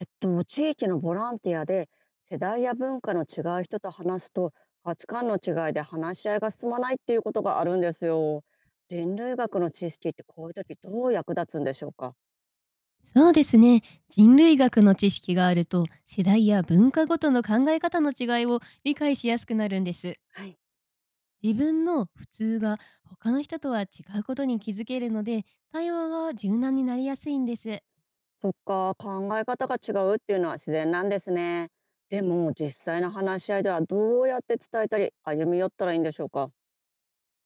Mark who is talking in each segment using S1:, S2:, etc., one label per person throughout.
S1: 地域のボランティアで、世代や文化の違う人と話すと、価値観の違いで話し合いが進まないっていうことがあるんですよ。人類学の知識ってこういう時どう役立つんでしょうか？
S2: そうですね。人類学の知識があると、世代や文化ごとの考え方の違いを理解しやすくなるんです。
S1: はい。
S2: 自分の普通が他の人とは違うことに気づけるので、対話が柔軟になりやすいんです。
S1: そっか、考え方が違うっていうのは自然なんですね。でも実際の話し合いではどうやって伝えたり歩み寄ったらいいんでしょうか？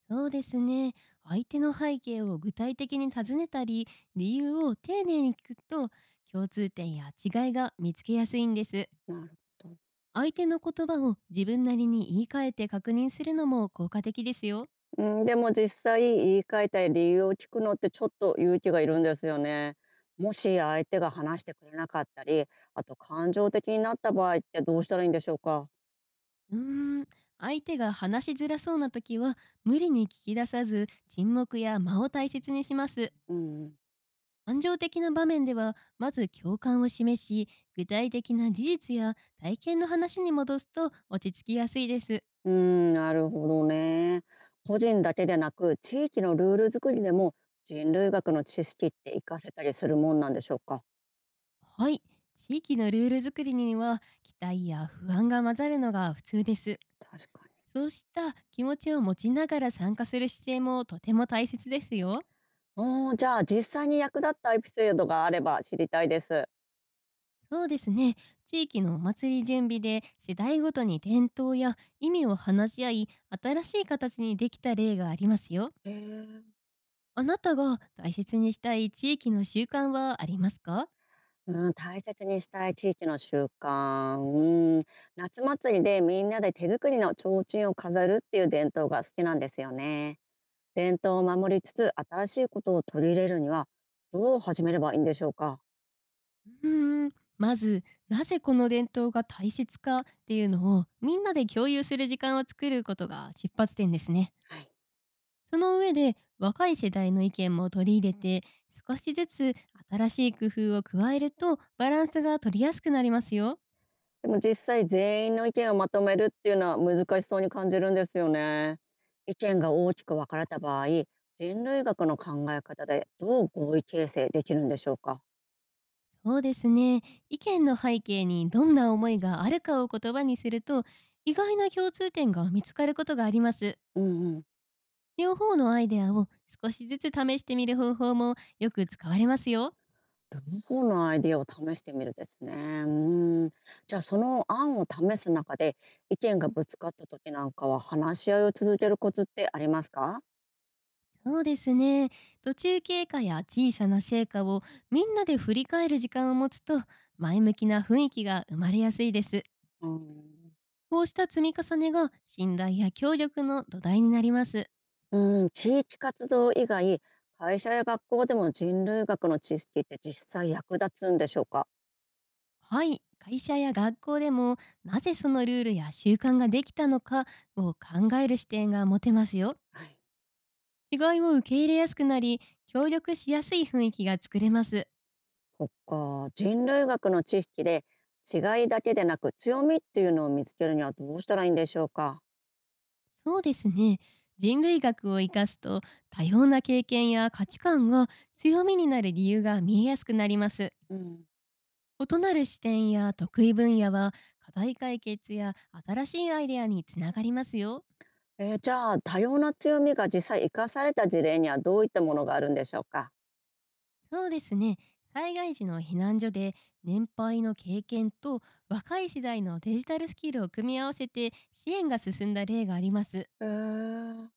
S2: そうですね。相手の背景を具体的に尋ねたり、理由を丁寧に聞くと、共通点や違いが見つけやすいんです。
S1: なるほど。
S2: 相手の言葉を自分なりに言い換えて確認するのも効果的ですよ。
S1: うん、でも実際言い換えたい理由を聞くのってちょっと勇気がいるんですよね。もし相手が話してくれなかったり、あと感情的になった場合ってどうしたらいいんでしょうか。
S2: うーん、相手が話しづらそうな時は、無理に聞き出さず沈黙や間を大切にします。
S1: うん、
S2: 感情的な場面では、まず共感を示し、具体的な事実や体験の話に戻すと落ち着きやすいです。
S1: うん、なるほどね。個人だけでなく地域のルール作りでも人類学の知識って活かせたりするもんなんでしょうか。
S2: はい、地域のルール作りには、期待や不安が混ざるのが普通です。
S1: 確かに。
S2: そうした気持ちを持ちながら参加する姿勢もとても大切ですよ。
S1: おー、じゃあ実際に役立ったエピソードがあれば知りたいです。
S2: そうですね。地域のお祭り準備で、世代ごとに伝統や意味を話し合い、新しい形にできた例がありますよ。
S1: へえ。
S2: あなたが大切にしたい地域の習慣はありますか？
S1: うん、大切にしたい地域の習慣、うん、夏祭りでみんなで手作りの提灯を飾るっていう伝統が好きなんですよね。伝統を守りつつ新しいことを取り入れるにはどう始めればいいんでしょうか。
S2: うーん、まず、なぜこの伝統が大切かっていうのを、みんなで共有する時間を作ることが出発点ですね。
S1: はい。
S2: その上で、若い世代の意見も取り入れて、少しずつ新しい工夫を加えると、バランスが取りやすくなりますよ。
S1: でも実際全員の意見をまとめるっていうのは難しそうに感じるんですよね。意見が大きく分かれた場合、人類学の考え方でどう合意形成できるんでしょうか。
S2: そうですね。意見の背景にどんな思いがあるかを言葉にすると、意外な共通点が見つかることがあります。
S1: うんうん。
S2: 両方のアイデアを少しずつ試してみる方法もよく使われますよ。
S1: 両方のアイディアを試してみるですね。うーん。じゃあその案を試す中で意見がぶつかった時なんかは話し合いを続けるコツってありますか？
S2: そうですね。途中経過や小さな成果をみんなで振り返る時間を持つと、前向きな雰囲気が生まれやすいです。
S1: うん、
S2: こうした積み重ねが信頼や協力の土台になります。
S1: うん、地域活動以外、会社や学校でも人類学の知識って実際役立つんでしょうか？
S2: はい、会社や学校でも、なぜそのルールや習慣ができたのかを考える視点が持てますよ。
S1: はい、
S2: 違いを受け入れやすくなり、協力しやすい雰囲気が作れます。
S1: そっか、人類学の知識で違いだけでなく強みっていうのを見つけるにはどうしたらいいんでしょうか。
S2: そうですね。人類学を生かすと、多様な経験や価値観が強みになる理由が見えやすくなります。
S1: うん、
S2: 異なる視点や得意分野は、課題解決や新しいアイデアにつながりますよ。
S1: えー、じゃあ多様な強みが実際生かされた事例にはどういったものがあるんでしょうか？
S2: そうですね。災害時の避難所で、年配の経験と若い世代のデジタルスキルを組み合わせて支援が進んだ例があります。
S1: えー、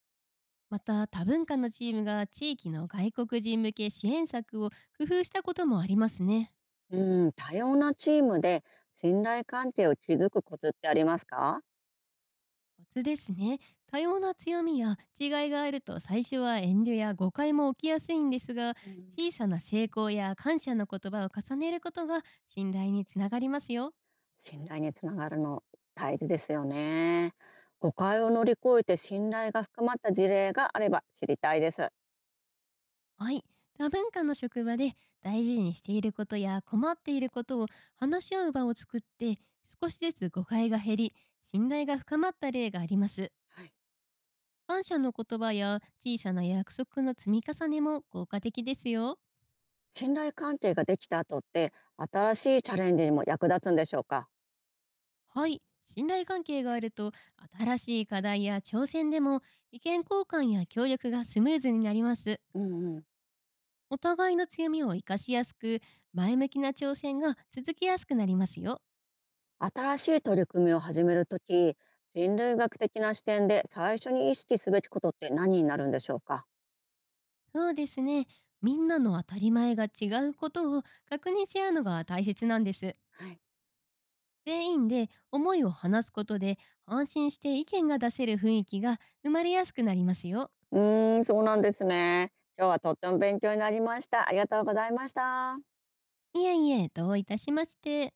S2: また、多文化のチームが地域の外国人向け支援策を工夫したこともありますね。
S1: うん、多様なチームで信頼関係を築くコツってありますか？
S2: コツですね。多様な強みや違いがあると、最初は遠慮や誤解も起きやすいんですが、
S1: うん、
S2: 小さな成功や感謝の言葉を重ねることが信頼につながりますよ。
S1: 信頼につながるの大事ですよね。誤解を乗り越えて信頼が深まった事例があれば知りたいです。
S2: はい。多文化の職場で、大事にしていることや困っていることを話し合う場を作って、少しずつ誤解が減り、信頼が深まった例があります。
S1: はい。
S2: 感謝の言葉や小さな約束の積み重ねも効果的ですよ。
S1: 信頼関係ができた後って新しいチャレンジにも役立つんでしょうか？
S2: はい。信頼関係があると、新しい課題や挑戦でも、意見交換や協力がスムーズになります。
S1: うん。
S2: お互いの強みを活かしやすく、前向きな挑戦が続きやすくなりますよ。
S1: 新しい取り組みを始めるとき、人類学的な視点で最初に意識すべきことって何になるんでしょうか？
S2: そうですね。みんなの当たり前が違うことを確認し合うのが大切なんです。
S1: はい。
S2: 全員で思いを話すことで、安心して意見が出せる雰囲気が生まれやすくなりますよ。
S1: うーん、そうなんですね。今日はとっても勉強になりました。ありがとうございました。
S2: いえいえ、どういたしまして。